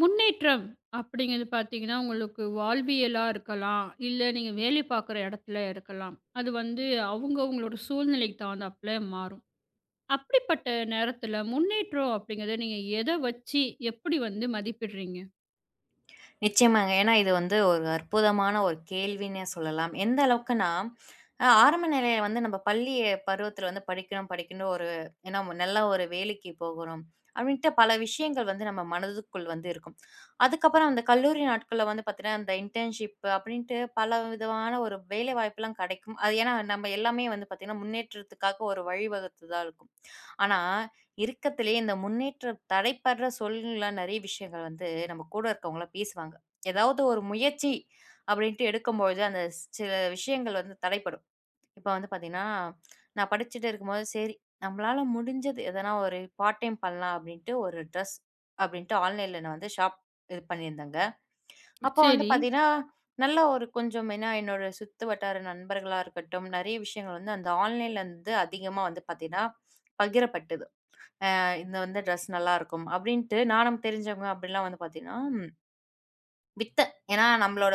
முன்னேற்றம் அப்படிங்கிறது பார்த்தீங்கன்னா, உங்களுக்கு வாழ்வியலா இருக்கலாம். இல்ல நீங்க வேலை பார்க்குற இடத்துல இருக்கலாம். அது வந்து அவங்கவங்களோட சூழ்நிலைக்கு தகுந்தாப்புல மாறும். அப்படிப்பட்ட நேரத்துல முன்னேற்றம் அப்படிங்கிறத நீங்க எத வச்சு எப்படி வந்து மதிப்பிடுறீங்க? நிச்சயமாங்க. ஏன்னா இது வந்து ஒரு அற்புதமான ஒரு கேள்வின்னே சொல்லலாம். எந்த அளவுக்குன்னா, ஆரம்ப நிலையில வந்து நம்ம பள்ளி பருவத்தில வந்து படிக்கணும், படிக்கணும் ஒரு ஏன்னா நல்ல ஒரு வேலைக்கு போகணும். அப்படின்ட்டு பல விஷயங்கள் வந்து நம்ம மனதுக்குள் வந்து இருக்கும். அதுக்கப்புறம் அந்த கல்லூரி நாட்கள்ல வந்து பார்த்தீங்கன்னா, அந்த இன்டர்ன்ஷிப் அப்படின்ட்டு பல விதமான ஒரு வேலை வாய்ப்புலாம் கிடைக்கும். அது ஏன்னா நம்ம எல்லாமே வந்து பார்த்தீங்கன்னா, முன்னேற்றத்துக்காக ஒரு வழிவகுத்து தான் இருக்கும். ஆனா இருக்கத்திலேயே இந்த முன்னேற்றம் தடைப்படுற சொல்லுலாம் நெறைய விஷயங்கள் வந்து நம்ம கூட இருக்கவங்கலாம் பேசுவாங்க. ஏதாவது ஒரு முயற்சி அப்படின்ட்டு எடுக்கும்பொழுது, அந்த சில விஷயங்கள் வந்து தடைப்படும். இப்ப வந்து பார்த்தீங்கன்னா, நான் படிச்சுட்டு இருக்கும்போது, சரி நம்மளால முடிஞ்சது எதனா ஒரு பார்ட் டைம் பண்ணலாம் அப்படின்ட்டு ஒரு ட்ரெஸ் அப்படின்ட்டு ஆன்லைன்ல நான் வந்து ஷாப் இது பண்ணியிருந்தேங்க. அப்போ வந்து சரி. பார்த்தீங்கன்னா, நல்ல ஒரு கொஞ்சம் ஏன்னா என்னோட சுத்து வட்டார நண்பர்களா இருக்கட்டும், நெறைய விஷயங்கள் வந்து அந்த ஆன்லைன்ல வந்து அதிகமா வந்து பார்த்தீங்கன்னா, பகிரப்பட்டது. இந்த வந்து ட்ரெஸ் நல்லாருக்கும். அப்படின்ட்டு நானும் தெரிஞ்சவங்க அப்படிலாம் வந்து பார்த்தீங்கன்னா, வித்தேன். ஏன்னா நம்மளோட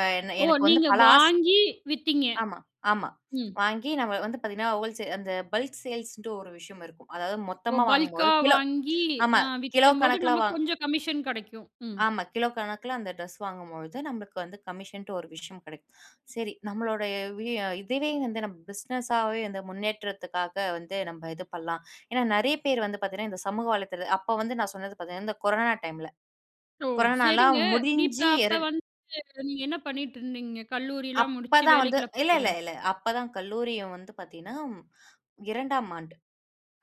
என்ன ஓ! எனக்கு வந்து நீங்க பல ஆஸ் வாங்கி வித்தீங்க. ஆமா, ஆமா. ம். வாங்கி நம்ம வந்து பார்த்தீங்கன்னா, ஹோல்சே அந்த பல்க் சேல்ஸ்ன்ட்டு ஒரு விஷயம் இருக்கும். அதாவது ஓ! மொத்தமா வாங்கும்போது பல்க்கா கிலோ வாங்கி ஆமா. அ கிலோ விக்கும்போது கணக்குல நமக்கு கொஞ்சம் கமிஷன் கிடைக்கும். ம். ஆமா. கிலோ கணக்குல அந்த ட்ரெஸ் வாங்கும்பொழுது நம்மளுக்கு வந்து கமிஷன்ட்டு ஒரு விஷயம் கிடைக்கும். சரி நம்மளுடைய வி இதுவே வந்து நம்ம பிசினஸாவே வந்து முன்னேற்றத்துக்காக வந்து நம்ம இது பண்ணலாம். ஏன்னா நெறைய பேர் வந்து பார்த்தீங்கன்னா, இந்த சமூக வலைத்தள அப்ப வந்து நான் சொன்னது பார்த்தீங்கன்னா, இந்த கொரோனா டைம்ல. ஓ! கொரோனாலாம் சரிங்க. இப்ப முடிஞ்சு அப்ப வந்து நீங்க என்ன பண்ணிட்டு இருந்தீங்க? கல்லூரிலாம் முடிச்சு அப்பதான் வந்து வேலைக்குலாம் இல்ல, இல்ல, போயிட்டீங்களா? இல்ல. அப்பதான் கல்லூரியும் வந்து பார்த்தீங்கன்னா, 2ஆம் ஆண்டு.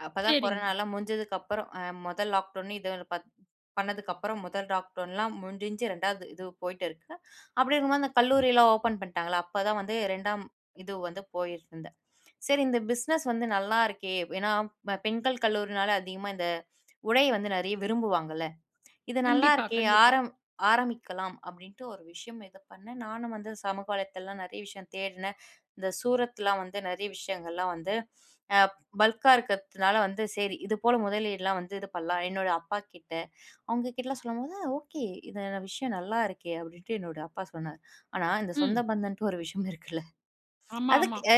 அப்பதான் சரிங்க. கொரோனாலாம் முடிஞ்சதுக்கப்புறம் முதல் லாக்டவுன் இது பண்ணதுக்கப்புறம் முதல் லாக்டவுன்லாம் முடிஞ்சு 2வது இது போயிட்டு இருக்கு. அப்படி இருக்கும்போது அந்த கல்லூரிலாம் ஓப்பன் பண்ணிட்டாங்களா, அப்பதான் வந்து 2ஆம் இது வந்து போயிருந்தேன். சரி இந்த பிசினஸ் வந்து நல்லா இருக்கே! ஏன்னா பெண்கள் கல்லூரினால அதிகமா இந்த உடை வந்து நெறைய விரும்புவாங்கல்ல. இது நல்லா கண்டிப்பா, இருக்கே! கண்டிப்பா. ஆரம்பிக்கலாம் அப்படின்ட்டு ஒரு விஷயம் இது பண்ணேன். நானும் வந்து சமூக வலைத்தளலாம் நெறைய விஷயம் தேடினேன். இந்த சூரத்லாம் வந்து நெறைய விஷயங்கள்லாம் வந்து அ பல்கா இருக்கிறதுனால வந்து சரி, இது போல முதலீடுலாம் வந்து இது பண்ணலாம். என்னோட அப்பா கிட்ட, அவங்க கிட்டலாம் சொல்லும்போது, "ஓகே, இது விஷயம் நல்லா இருக்கே!" அப்படின்ட்டு என்னோட அப்பா சொன்னாரு. ஆனா இந்த சொந்த ம். பந்தன்ட்டு ஒரு விஷயம் இருக்குல்ல. ஆமா, அதுக்கு ஆமா.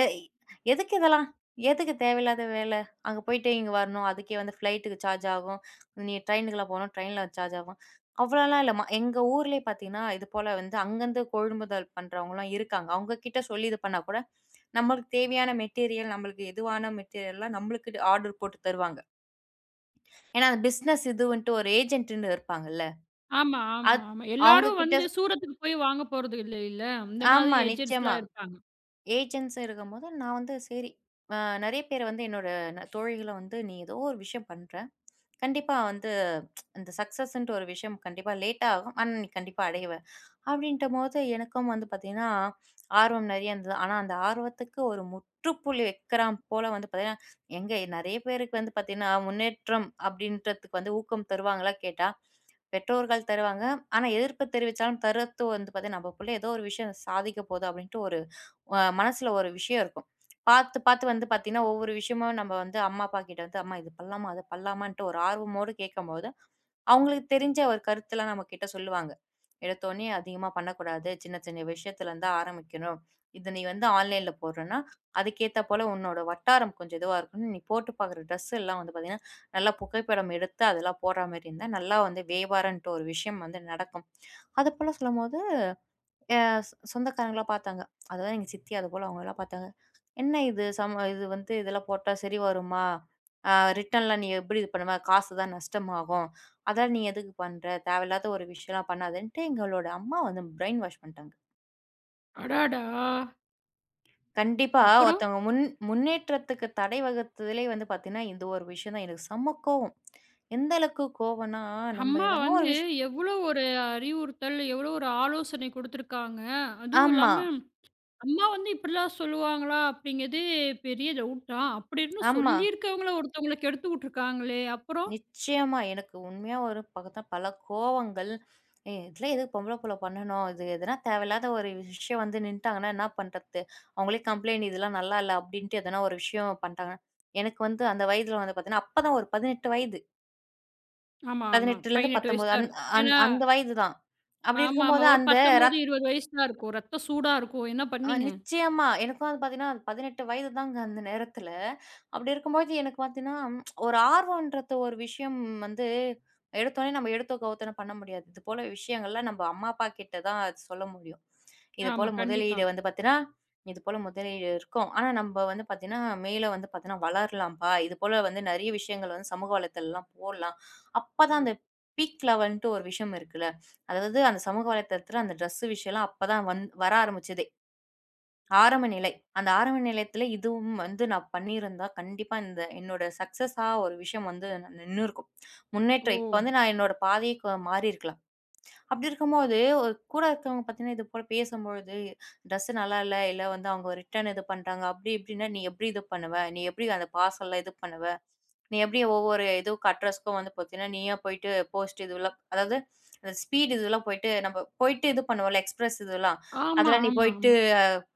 எதுக்கு இதெல்லாம்? எதுக்கு தேவையில்லாத வேல? அங்க போயிட்டு இங்க வரணும். அதுக்கே வந்து ஃப்ளைட்டுக்கு சார்ஜ் ஆகும். நீ ட்ரெயினுக்குலாம் போனா ட்ரெயின்ல சார்ஜ் ஆகும். அவ்வளோலாம் இல்லம்மா. எங்க ஊர்லயே பார்த்தீங்கன்னா, இது போல வந்து அங்கருந்து கொள்முதல் பண்றவங்கலாம் இருக்காங்க. அவங்க கிட்ட சொல்லி இது பண்ணா கூட, நம்மளுக்கு தேவையான மெட்டீரியல், நம்மளுக்கு எதுவான மெட்டீரியல்லாம் நம்மளுக்கு ஆர்டர் போட்டு தருவாங்க. ஏன்னா, அந்த பிசினஸ் இதுவன்ட்டு ஒரு ஏஜென்ட்ன்னு இருப்பாங்கல்ல. ஆமா, ஆமா, அத் ஆமா. அவங்க எல்லாரும் கிட்ட வந்து சூரத்துக்கு போய் வாங்க போறது இல்ல, இல்ல. இந்த மாதிரி ஆமா, நிச்சயமா. ஏஜென்ட்ஸ்லாம் இருப்பாங்க. ஏஜென்ட்ஸா இருக்கும்போது, நான் வந்து சரி, அ நெறைய பேர் வந்து என்னோட தோழிகள வந்து, "நீ ஏதோ ஒரு விஷயம் பண்ற. கண்டிப்பா வந்து அந்த சக்சஸ்ன்ட்டு ஒரு விஷயம் கண்டிப்பா லேட்டா ஆகும். ஆனா, நீ கண்டிப்பா அடைவ." அப்படின்ட்டபோது எனக்கும் வந்து பாத்தீங்கன்னா, ஆர்வம் நெறைய இருந்தது. ஆனா, அந்த ஆர்வத்துக்கு ஒரு முற்றுப்புள்ளி வைக்கிறான் போல வந்து பாத்தீங்கன்னா, எங்க நெறைய பேருக்கு வந்து பாத்தீங்கன்னா, முன்னேற்றம் அப்படின்றதுக்கு வந்து ஊக்கம் தருவாங்களா கேட்டா, பெற்றோர்கள் தருவாங்க. ஆனா, எதிர்ப்பு தெரிவிச்சாலும் தரத்து வந்து பாத்தீங்கன்னா, "நம்ம புள்ள ஏதோ ஒரு விஷயம் சாதிக்க போது" அப்படின்ட்டு ஒரு மனசுல ஒரு விஷயம் இருக்கும். பார்த்து, பார்த்து வந்து பார்த்தீங்கன்னா, ஒவ்வொரு விஷயமும் நம்ம வந்து அம்மா, அப்பா கிட்ட வந்து, "அம்மா இது பண்ணலாமா? அது பண்ணலாமான்ட்டு?" ஒரு ஆர்வமோடு கேட்கும்போது, அவங்களுக்கு தெரிஞ்ச ஒரு கருத்துலாம் நம்ம கிட்ட சொல்லுவாங்க. எடுத்தோனே அதிகமா பண்ணக்கூடாது. சின்ன, சின்ன விஷயத்துலருந்து ஆரம்பிக்கணும். இது நீ வந்து ஆன்லைன்ல போடுறன்னா, அதுக்கேத்தா போல உன்னோட வட்டாரம் கொஞ்சம் இதுவா இருக்கணும். நீ போட்டு பார்க்குற ட்ரெஸ் எல்லாம் வந்து பார்த்தீங்கன்னா, நல்லா புகைப்படம் எடுத்து அதெல்லாம் போடுற மாரி இருந்தா, நல்லா வந்து வியாபாரம்ன்ட்டு ஒரு விஷயம் வந்து நடக்கும். அதுபோல சொல்லும்போது அ சொந்தக்காரங்கலாம் பார்த்தாங்க. அதாவது எங்க சித்தி அதுபோல அவங்கலாம் பார்த்தாங்க. "என்ன இது சம இது வந்து இதெல்லாம் போட்டா சரி வருமா? அ ரிட்டர்ன்லாம் நீ எப்படி இது பண்ணுவ? காசு தான் நஷ்டமாகும். அதெல்லாம் நீ எதுக்கு பண்ற? தேவையில்லாத ஒரு விஷயம்லாம் பண்ணாதன்ட்டு" எங்களோட அம்மா வந்து பிரெயின் வாஷ் பண்ணிட்டாங்க. அடாடா! கண்டிப்பா அப்புறம் ஒருத்தவங்க முன்னேற்றத்துக்கு தடை வகுத்ததிலே வந்து பார்த்தீங்கன்னா, இந்த ஒரு விஷயம் தான் எனக்கு செம்ம கோவம். எந்த அளவுக்கு கோவம்னா, நம்ம அம்மா எதனா ஒரு வந்து விஷயம் எவ்ளோ ஒரு அறிவுறுத்தல், எவ்ளோ ஒரு ஆலோசனை குடுத்துருக்காங்க. அதுவும் ஆமா, இல்லாம, அம்மா வந்து இப்படிலாம் சொல்லுவாங்களா? அப்படிங்கிறது பெரிய டவுட் தான். அப்படி இருந்தும் ஆமா. சொல்லியிருக்கவங்கள ஒருத்தவங்கள கெடுத்து விட்டுருக்காங்களே! அப்புறம் நிச்சயமா. எனக்கு உண்மையா ஒரு பார்த்தா பல கோவங்கள், "ஏ இதெல்லாம் எதுக்கு பொம்பள புள்ள பண்ணணும்? இது எதுனா தேவையில்லாத ஒரு விஷயம் வந்து நின்ட்டாங்கன்னா என்ன பண்றது? அவங்களே கம்ப்ளைண்ட் இதெல்லாம் நல்லா இல்ல." அப்படின்ட்டு எதனா ஒரு விஷயம் பண்ட்டாங்கன்னா, எனக்கு வந்து அந்த வயதில வந்து பார்த்தீங்கன்னா, அப்பதான் ஒரு 18 வயது. ஆமா, ஆமா. 18லேருந்து 18 வயசு 19 தான் அந் இருக்கும். அந் ஏன்னா அந்த வயது தான். அப்படி ஆமா, ஆமா. இருக்கும்போது ஒரு அந்த 19, 20 வயசு தான் இருக்கும். ரத்தம் சூடா இருக்கும். என்ன பண்ணீங்க? நிச்சயமா. எனக்கும் வந்து பார்த்தீங்கன்னா, 18 வயது தாங்க அந்த நேரத்துல. அப்படி இருக்கும்போது எனக்கு பார்த்தீங்கன்னா, ஒரு ஆர்வம்ன்றது ஒரு விஷயம் வந்து எடுத்தோனே நம்ம எடுத்தோ கவுத்தோனே பண்ண முடியாது. இது போல விஷயங்கள்லாம் நம்ம அம்மா, அப்பா கிட்ட தான் அது சொல்ல முடியும். இது போல ஆமா, கண்டிப்பா. முதலீடு வந்து பார்த்தீங்கன்னா, இது போல முதலீடு இருக்கும். ஆனா நம்ம வந்து பார்த்தீங்கன்னா, மேல வந்து பார்த்தீங்கன்னா வளரலாம்ப்பா. இது போல வந்து நெறைய விஷயங்கள் வந்து சமூக வலைதளம்லாம் போடலாம். அப்பதான் அந்த பீக் லெவல்ன்ட்டு ஒரு விஷயம் இருக்குல்ல. அதாவது அந்த சமூக வலைத்தளத்துல அந்த ட்ரெஸ் விஷயம்லாம் அப்பதான் வர ஆரம்பிச்சது. ஆரம்ப நிலை. அந்த ஆரம்ப நிலையத்துல இதுவும் வந்து நான் பண்ணியிருந்தா, கண்டிப்பா இந்த என்னோட சக்சஸா ஒரு விஷயம் வந்து நின்னுருக்கும். ஓ! முன்னேற்றம் இப்ப வந்து நான் என்னோட பாதையே மாறியிருக்கலாம். அப்படி இருக்கும்போது, ஒரு கூட இருக்கிறவங்க பார்த்தீங்கன்னா, இது போல பேசும்பொழுது, "ட்ரெஸ் நல்லா இல்ல, இல்ல வந்து அவங்க ரிட்டர்ன் இது பண்ட்டாங்க." அப்படி இப்படின்னா, "நீ எப்படி இது பண்ணுவ? நீ எப்படி அந்த பார்சல்லாம் இது பண்ணுவ? நீ எப்படி ஒவ்வொரு இதுக்கு அட்ரஸ்க்கும் வந்து பார்த்தீங்கன்னா, நீயா போயிட்டு போஸ்ட் இதுவெல்லாம்" அதாவது அந்த ஸ்பீட் இதுவெல்லாம் போயிட்டு, நம்ம போயிட்டு இது பண்ணுவோம்ல, எக்ஸ்பிரஸ் இதுவெல்லாம். ஆமா, அதெல்லாம் நீ ஆமா, போயிட்டு ஆமா,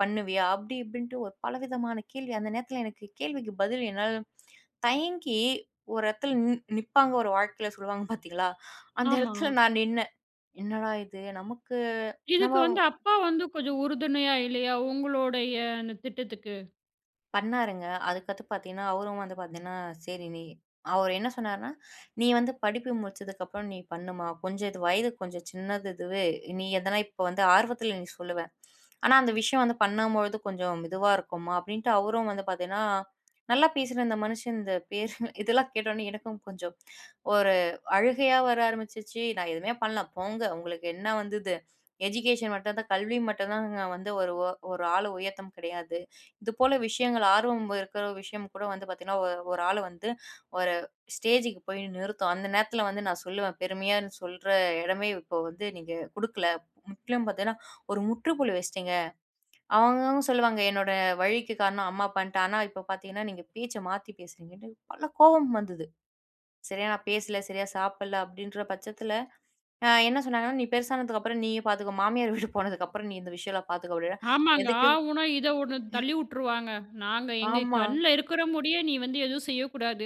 பண்ணுவியா? அப்படி இப்படின்ட்டு ஒரு பலவிதமான கேள்வி. அந்த நேரத்துல எனக்கு கேள்விக்கு பதில் என்னால தயங்கி ஒரு இடத்துல நிப்பாங்க ஒரு வாழ்க்கையில சொல்லுவாங்க பாத்தீங்களா? அந்த ஆமா. இடத்துல நான் நின்னேன். என்னடா இது? நமக்கு நம்ம இதுக்கு வந்து அப்பா வந்து கொஞ்சம் உறுதுணையா இல்லையா? உங்களுடைய அந்த திட்டத்துக்கு. பண்ணாருங்க. அதுக்கடுத்து பார்த்தீங்கன்னா, அவரும் வந்து பார்த்தீங்கன்னா, சரி நீ அவரு என்ன சொன்னாருன்னா, "நீ வந்து படிப்பு முடிச்சதுக்கப்புறம் நீ பண்ணும்மா. கொஞ்சம் இது வயது கொஞ்சம் சின்னது இதுவே. நீ எதனா இப்போ வந்து ஆர்வத்தில நீ சொல்லுவ. ஆனா அந்த விஷயம் வந்து பண்ணும்பொழுது கொஞ்சம் இதுவா இருக்கும்மா" அப்படின்ட்டு அவரும் வந்து பார்த்தீங்கன்னா, நல்லா பேசுற இந்த மனுஷன் இந்த பேரு இதெல்லாம் கேட்டோனே எனக்கும் கொஞ்சம் ஒரு அழுகையா வர ஆரம்பிச்சுச்சு. நான் எதுவுமே பண்ணல. போங்க உங்களுக்கு என்ன வந்து இது எஜுகேஷன் மட்டும் தான் கல்வி மட்டும் தாங்க வந்து ஒரு ஒரு ஆள உயர்த்தும் கிடையாது. இது போல விஷயங்கள் ஆர்வம் இருக்கிற விஷயம் கூட வந்து பார்த்தீங்கன்னா, ஒரு ஆள வந்து ஒரு ஸ்டேஜுக்கு போய் நிறுத்தும். அந்த நேரத்தில வந்து நான் சொல்லுவேன், பெருமையா சொல்ற இடமே இப்போ வந்து நீங்க குடுக்கல. முற்றிலும் பார்த்தீங்கன்னா, ஒரு முற்றுப்புள்ளி வச்சுட்டீங்க. அவங்கவங்க சொல்லுவாங்க, என்னோட வழிக்கு காரணம் அம்மா அப்பான்ட்டு. ஆனா இப்போ பார்த்தீங்கன்னா, நீங்க பேச்ச மாத்தி பேசுறீங்கன்ட்டு பல கோவம் வந்தது. சரியா நான் பேசல, சரியா சாப்பிடல அப்படின்ற பட்சத்தில என்ன சொன்னாங்கன்னா, "நீ பெருசானதுக்கப்புறம் நீயே பார்த்துக்கோ. மாமியார் வீடு போனதுக்கப்புறம் நீ இந்த விஷயம்லாம் பார்த்துக்க" அப்படின்னா, ஆமாங்க. எதுக்கு? ஆ ஊன்னா, இத ஒண்ணு தள்ளி உட்டுருவாங்க. நாங்க எங்க ஆமா. கண்ல இருக்கிற முடிய நீ வந்து எதுவும் செய்யக்கூடாது.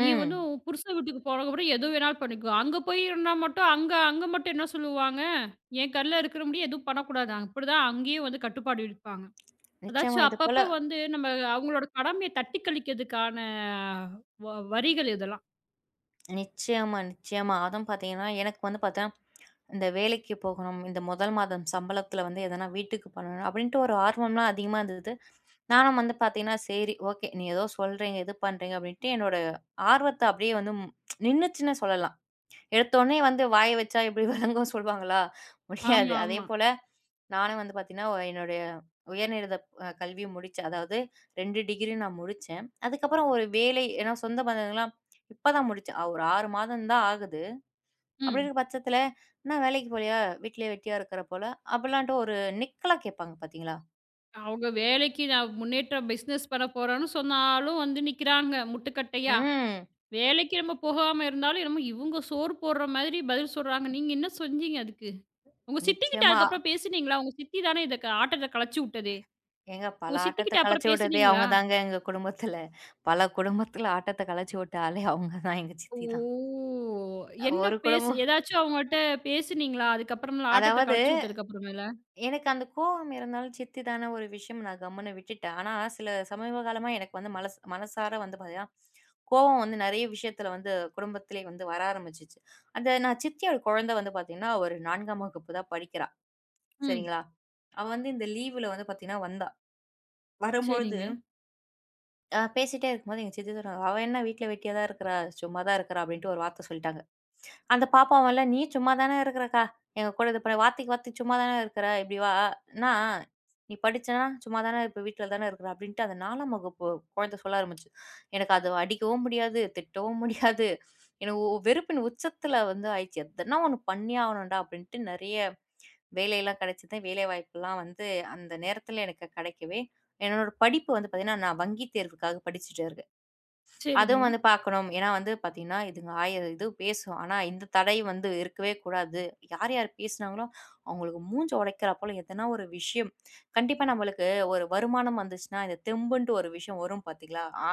நீ வந்து உன் புருஷன் வீட்டுக்கு போனதுக்கப்புறம் எது வேணாலும் பண்ணிக்கோ. அங்க போய் இருந்தா மட்டும் அங்க அங்க மட்டும் என்ன சொல்லுவாங்க? என் கண்ல இருக்கிற முடிய எதுவும் பண்ணக்கூடாது. அப்படிதான் அங்கேயும் வந்து கட்டுப்பாடு விதிப்பாங்க. நிச்சயமா. அதாச்சும் இது போல அப்பப்ப வந்து நம்ம அவங்களோட கடமைய தட்டி கழிக்கிறதுக்கான வ வரிகள் இதெல்லாம். நிச்சயமா, நிச்சயமா. அதுவும் பார்த்தீங்கன்னா, எனக்கு வந்து பார்த்தீங்கன்னா, இந்த வேலைக்கு போகணும். இந்த முதல் மாதம் சம்பளத்தில வந்து எதனா வீட்டுக்கு பண்ணணும் அப்படின்ட்டு ஒரு ஆர்வம்லாம் அதிகமா இருந்தது. நானும் வந்து பார்த்தீங்கன்னா, சரி ஓகே. நீ ஏதோ சொல்றீங்க, இது பண்றீங்க அப்படின்ட்டு என்னோட ஆர்வத்த அப்படியே வந்து நின்னுச்சுன்னே சொல்லலாம். எடுத்தோனே வந்து வாய வச்சா எப்படி விளங்கும்னு சொல்லுவாங்களா? முடியாது. ஆமா, ஆமா. அதேபோல நானும் வந்து பார்த்தீங்கன்னா, என்னுடைய உயர்நிலை கல்வி முடிச்சேன். அதாவது 2 டிகிரி நான் முடிச்சேன். அதுக்கப்புறம் ஒரு வேலை ஏன்னா சொந்த பந்தங்கள்லாம் இப்ப தான் முடிச்சேன். ஒரு 6 மாதம் தான் ஆகுது. அப்படி ம். இருக்க பட்சத்தில "என்ன வேலைக்கு போலயா? வீட்லயே வெட்டியா இருக்கிற போல" அப்படிலான்ட்டு ஒரு நக்கலா கேட்பாங்க பார்த்தீங்களா? அவங்க வேலைக்கு நான் முன்னேற்றம் பிசினஸ் பண்ண போறேன்னு சொன்னாலும் வந்து நிக்கிறாங்க முட்டுக்கட்டையா. ம். வேலைக்கு நம்ம போகாம இருந்தாலும் என்னமோ இவங்க சோறு போடுற மாதிரி பதில் சொல்றாங்க. நீங்க என்ன செஞ்சீங்க அதுக்கு? உங்க சித்திக்கிட்ட நிச்சயமா. அதுக்கப்புறம் பேசுனீங்களா? உங்க சித்தி தானே இத ஆட்டத்த கலச்சு விட்டதே! ஏங்க பல உங்க ஆட்டத்த சித்திக்கிட்ட அப்புறம் கலைச்சு விட்டதே பேசுனீங்களா? அவங்க தாங்க எங்க குடும்பத்தில. பல குடும்பத்தில ஆட்டத்த கலைச்சு விட்ட ஆளே அவங்க தான் எங்க சித்தி தான். ஓ! என்ன ஒரு பேசு குடும்பம் ஏதாச்சும் அவங்கள்ட்ட பேசுனீங்களா? அதுக்கப்புறமேல ஆட்டத்த அதாவது கலச்சு விட்டதுக்கு அப்புறமேல? எனக்கு அந்த கோவம் இருந்தாலும் சித்தி தான ஒரு விஷயம் நான் கம்முன்னு விட்டுட்டேன். ஆனா, சில சமீப காலமா எனக்கு வந்து மனசு மனசார வந்து பார்த்தீங்கன்னா, கோவம் வந்து நெறைய விஷயத்துல வந்து குடும்பத்திலே வந்து வர ஆரம்பிச்சுச்சு. அந்த நான் சித்தியோட குழந்தை வந்து பார்த்தீங்கன்னா, ஒரு 4ஆம் வகுப்பு தான் படிக்கிறா. ம். சரிங்களா? அவ வந்து இந்த லீவுல வந்து பார்த்தீங்கன்னா வந்தா. வரும்பொழுது சரிங்க, பேசிட்டே இருக்கும்போது எங்க சித்தி சொல்றாங்க, "அவ என்ன வீட்ல வெட்டியா தான் இருக்கிறா, சும்மா தான் இருக்கிறா" அப்படின்ட்டு ஒரு வார்த்தை சொல்லிட்டாங்க. அந்த பாப்பாவும்ல, "நீ சும்மா தானே இருக்கிறக்கா, எங்க கூட இது பண்ண வார்த்தைக்கு வார்த்தைக்கு சும்மா தானே இருக்கிற, இப்படி வா னா நீ படிச்சனா சும்மா தானே இப்ப வீட்ல தானே இருக்கிற" அப்படின்ட்டு அந்த 4ஆம் வகுப்பு குழந்தை சொல்ல ஆரம்பிச்சுது. எனக்கு அது அடிக்கவும் முடியாது, திட்டவும் முடியாது. எனக்கு வெறுப்பின் உச்சத்துல வந்து ஆயிடுச்சு. எதனா ஒண்ணு பண்ணியே ஆகணும்டா அப்படின்ட்டு நெறைய வேலையெல்லாம் கிடைச்சது. வேலை வாய்ப்புலாம் வந்து அந்த நேரத்துல எனக்கு கிடைக்கவே, என்னோட படிப்பு வந்து பார்த்தீங்கன்னா, நான் வங்கி தேர்வுக்காக படிச்சுட்டு இருக்கேன். சரிங்க. அதுவும் வந்து பார்க்கணும். ஏன்னா வந்து பார்த்தீங்கன்னா, இதுங்க 1000 இது பேசும். ஆனா, இந்த தடை வந்து இருக்கவே கூடாது. யார் யார் பேசினாங்களோ, அவங்களுக்கு மூஞ்ச உடைக்கிறா போல எதனா ஒரு விஷயம். கண்டிப்பா நம்மளுக்கு ஒரு வருமானம் வந்துச்சுன்னா, இந்த தெம்புன்ட்டு ஒரு விஷயம் வரும் பார்த்தீங்களா?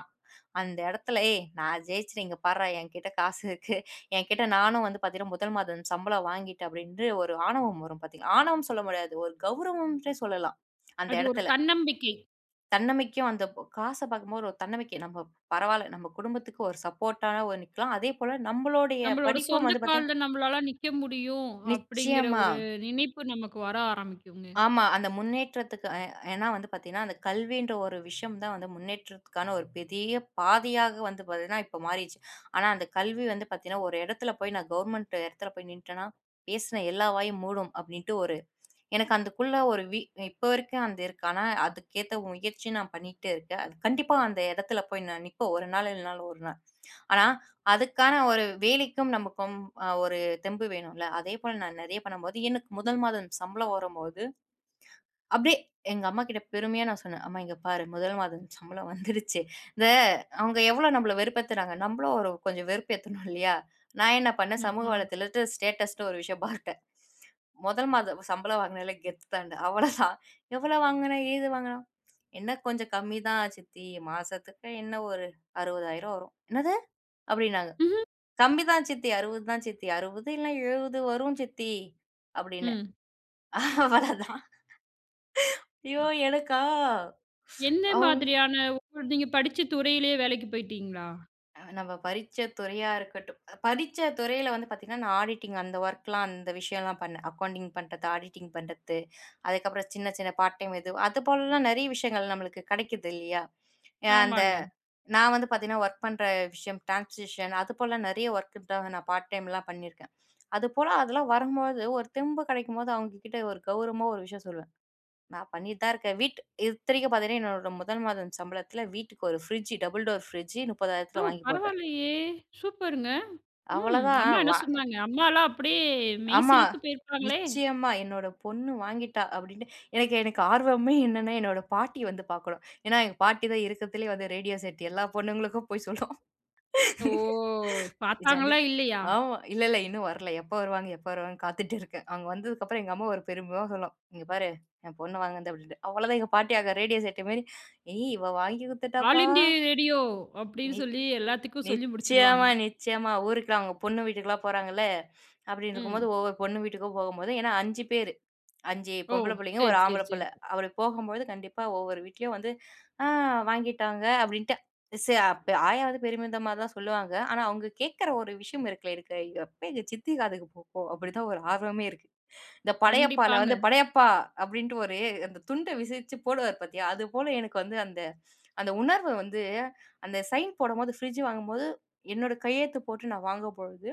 அந்த இடத்துல, "ஏய் நான் ஜெயிச்சுட்டேன். இங்க பார்றா என்கிட்ட காசு இருக்கு. என்கிட்ட நானும் வந்து பார்த்தீங்கன்னா, முதல் மாதம் சம்பளம் வாங்கிட்டேன்" அப்படின்ட்டு ஒரு ஆணவம் வரும் பார்த்தீங்களா? ஆணவம் சொல்ல முடியாது. ஒரு கௌரவம்ன்றே சொல்லலாம். அந்த அது ஒரு இடத்துல. தன்னம்பிக்கை. தன்னம்பிக்கையும் அந்த காச பார்க்கும்போது ஒரு தன்னம்பிக்கை. நம்ம பரவால்ல, நம்ம குடும்பத்துக்கு ஒரு சப்போர்ட்டா ஒரு நிக்கலாம். அதேபோல நம்மளுடைய நம்மளோட படிப்பும் சொந்த வந்து பார்த்தீங்கன்னா கால்ல நம்மளால நிக்க முடியும் அப்படிங்கிற நிச்சயமா. ஒரு நினைப்பு நமக்கு வர ஆரம்பிக்குங்க. ஆமா. அந்த முன்னேற்றத்துக்கு ஏன்னா வந்து பார்த்தீங்கன்னா, அந்த கல்வின்ற ஒரு விஷயம் தான் வந்து முன்னேற்றத்துக்கான ஒரு பெரிய பாதையாக வந்து பார்த்தீங்கன்னா, இப்ப மாறிருச்சு. ஆனா அந்த கல்வி வந்து பார்த்தீங்கன்னா, ஒரு இடத்துல போய் நான் கவர்மெண்ட் இடத்துல போய் நின்ட்டேன்னா, "பேசின எல்லா வாயும் மூடும்" அப்படின்ட்டு ஒரு எனக்கு அதுக்குள்ள ஒரு வி இப்ப வரைக்கும் அந்த இருக்கு. ஆனா, அதுக்கேத்த முயற்சி நான் பண்ணிட்டே இருக்கேன். அது கண்டிப்பா அந்த இடத்துல போய் நான் நிப்பேன். ஒரு நாள் இல்லனாலும் ஒரு நாள். ஆனா, அதுக்கான ஒரு வேலைக்கும் நமக்கும் ஒரு தெம்பு வேணும்ல. அதேபோல நான் நெறைய பண்ணும்போது, எனக்கு முதல் மாதம் சம்பளம் வரும்போது அப்படியே எங்க அம்மாகிட்ட பெருமையா நான் சொன்னேன், "அம்மா இங்க பாரு, முதல் மாதம் சம்பளம் வந்துருச்சு. இந்த அவங்க எவ்வளோ நம்மள வெறுப்பேத்துறாங்க. நம்மளும் ஒரு கொஞ்சம் வெறுப்பேத்தணும் இல்லையா?" நான் என்ன பண்ணேன், சமூக ஆமா. வலைதளத்தில ஸ்டேட்டஸ்ன்னு ஒரு விஷயம் பார்த்துட்டேன். முதல் மாதம் சம்பளம் வாங்கினேன்ல கெத்து தாண்டு. அவ்வளோதான். எவ்வளோ வாங்குன? ஏது வாங்குன? "என்ன கொஞ்சம் கம்மி தான் சித்தி. மாசத்துக்கு என்ன ஒரு 60,000 வரும்." "என்னது?" அப்படின்னாங்க. ம்ஹ்ம். "கம்மி தான் சித்தி. 60 தான் சித்தி. 60 இல்ல 70 வரும் சித்தி." அப்படின்னேன். ம். அவ்வளதான். ஐயோ! எனக்கா? எந்த அவுங் மாதிரியான ஒரு நீங்க படிச்ச துறையிலேயே வேலைக்கு போயிட்டீங்களா? நம்ம படிச்ச துறையா இருக்கட்டும். படிச்ச துறையில வந்து பார்த்தீங்கன்னா, நான் ஆடிட்டிங் அந்த ஒர்க்லாம் அந்த விஷயம்லாம் பண்ணேன். அக்கவுண்டிங் பண்றது, ஆடிட்டிங் பண்றது, அதுக்கப்புறம் சின்ன சின்ன பார்ட் டைம் இது, அது போலலாம் நெறைய விஷயங்கள் நம்மளுக்கு கிடைக்குது இல்லையா? அந்த ஆமாங்க. நான் வந்து பார்த்தீங்கன்னா, ஒர்க் பண்ற விஷயம் டிரான்ஸ்கிரிப்ஷன் அது போல நெறைய ஒர்க்குக்காக நான் பார்ட் டைம்லாம் பண்ணியிருக்கேன். அதுபோல அதெல்லாம் வரும்போது, ஒரு தெம்பு கிடைக்கும்போது, அவுங்ககிட்ட ஒரு கௌரவமா ஒரு விஷயம் சொல்லுவேன். நான் பண்ணிட்டு தான் இருக்கேன். வீட் இத்தனைக்கும் பார்த்தீங்கன்னா, என்னோட முதல் மாதம் சம்பளத்துல வீட்டுக்கு ஒரு ஃப்ரிட்ஜ் டபுள் டோர் ஃப்ரிட்ஜ் ஓ! 30,000த்துல வாங்கி போட்டேன். பரவாயில்லையே! சூப்பருங்க. ம். அவ்வளதான் அம்மா என்ன வா சொன்னாங்க? அம்மாலாம் அப்படியே மெய் ஆமா. சிலுத்து போயிருப்பாங்களே! நிச்சயமா. என்னோட பொண்ணு வாங்கிட்டா அப்டின்ட்டு எனக்கு எனக்கு ஆர்வமே என்னன்னா, என்னோட பாட்டி வந்து பார்க்கணும். ஏன்னா, எங்க பாட்டி தான் இருக்கறதுலயே வந்து ரேடியோ செட் எல்லா பொண்ணுங்களுக்கும் போய் சொல்லும். ஓ! ஜன்னு பார்த்தாங்களா இல்லையா? ஆமா. இல்ல, இல்ல. இன்னும் வரல. எப்ப வருவாங்க, எப்ப வருவாங்கன்னு காத்துட்டு இருக்கேன். அவங்க வந்ததுக்கப்புறம் எங்க அம்மா ஒரு பெருமையா சொல்லும். "இங்க பாரு, என் பொண்ணு வாங்குனது" அப்படின்ட்டு. அவ்வளோதான் எங்க பாட்டி அங்க ரேடியோ செட்டு மாரி, "ஏய்! இவ வாங்கி ஆல் குடுத்துட்டாப்பா." இந்தியா ரேடியோ அப்படின்னு நி சொல்லி எல்லாத்துக்கும் சொல்லி நிச்சயமா, முடிச்சுருவாங்க. நிச்சயமா. ஊருக்குலாம் அவங்க பொண்ணு வீட்டுக்குலாம் போறாங்கல்ல, அப்படின்னு இருக்கும்போது ம். ஒவ்வொரு பொண்ணு வீட்டுக்கும் போகும்போது ஏன்னா 5 பேரு. 5 ஓ! பொம்பள புள்ளைங்க, 1 சரி, சரி, ஆம்பள சரி. புள்ள. அப்படி போகும்போது கண்டிப்பா ஒவ்வொரு வீட்லயும் வந்து, "ஆ வாங்கிட்டாங்க" அப்படின்ட்டு. சே அப்ப ஆயா வந்து பெருமிதமா தான் சொல்லுவாங்க. ஆனா அவங்க கேட்கற ஒரு விஷயம் இருக்குல்ல, எனக்கு எப்ப எங்க சித்தி காதுக்கு போகும் அப்படிதான் ஒரு ஆர்வமே இருக்கு. இந்த படையப்பால கண்டிப்பாங்க. வந்து படையப்பா அப்படின்ட்டு ஒரு அந்த துண்ட விசிச்சு போடுவார் பாத்தியா, அது போல எனக்கு வந்து அந்த அந்த உணர்வு வந்து அந்த சைன் போடும்போது, ஃப்ரிட்ஜ் வாங்கும்போது என்னோட கையெழுத்து போட்டு நான் வாங்கும்பொழுது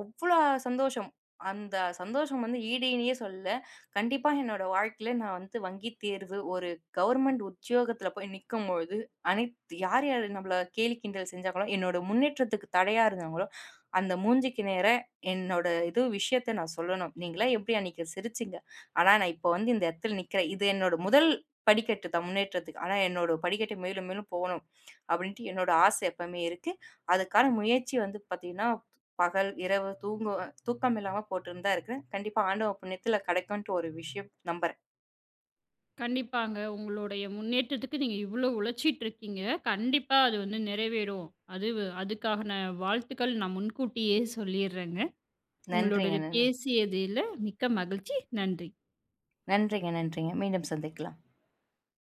அவ்ளோ சந்தோஷம். அந்த சந்தோஷம் வந்து ஈடேன்னே சொல்லல. கண்டிப்பா என்னோட வாழ்க்கையில நான் வந்து வங்கி தேர்வு, ஒரு கவர்மெண்ட் உத்தியோகத்துல போய் நிக்கும்பொழுது, அனைத்து யார் யார் நம்மள கேலி, கிண்டல் செஞ்சாங்களோ, என்னோட முன்னேற்றத்துக்கு தடையா இருந்தாங்களோ, அந்த மூஞ்சிக்கு நேரா என்னோட இது விஷயத்த நான் சொல்லணும். "நீங்கலாம் எப்படி அன்னைக்கு சிரிச்சீங்க? ஆனா நான் இப்ப வந்து இந்த இடத்துல நிக்கிறேன். இது என்னோட முதல் படிக்கட்டு தான் முன்னேற்றத்துக்கு. ஆனா என்னோட படிக்கட்டு மேலும் மேலும் போணும்." அப்படின்ட்டு என்னோட ஆசை எப்பவுமே இருக்கு. அதுக்கான முயற்சி வந்து பார்த்தீங்கன்னா பகல், இரவு தூக்கம் இல்லாம போட்டுன்னு தான் இருக்கிறேன். கண்டிப்பா ஆண்டவன் புண்ணியத்துல கிடைக்கும்ன்ட்டு ஒரு விஷயம் நம்புறேன். கண்டிப்பாங்க. உங்களுடைய முன்னேற்றத்துக்கு நீங்க இவ்ளோ உழைச்சிட்டுருக்கீங்க. கண்டிப்பா அது வந்து நிறைவேறும். அதுக்கான வாழ்த்துக்கள் நான் முன்கூட்டியே சொல்லிர்றேங்க. உங்களோட நன்றிங்க, நன்றி. பேசியதில மிக்க மகிழ்ச்சி. நன்றி. நன்றிங்க, நன்றிங்க. மீண்டும் சந்திக்கலாம்.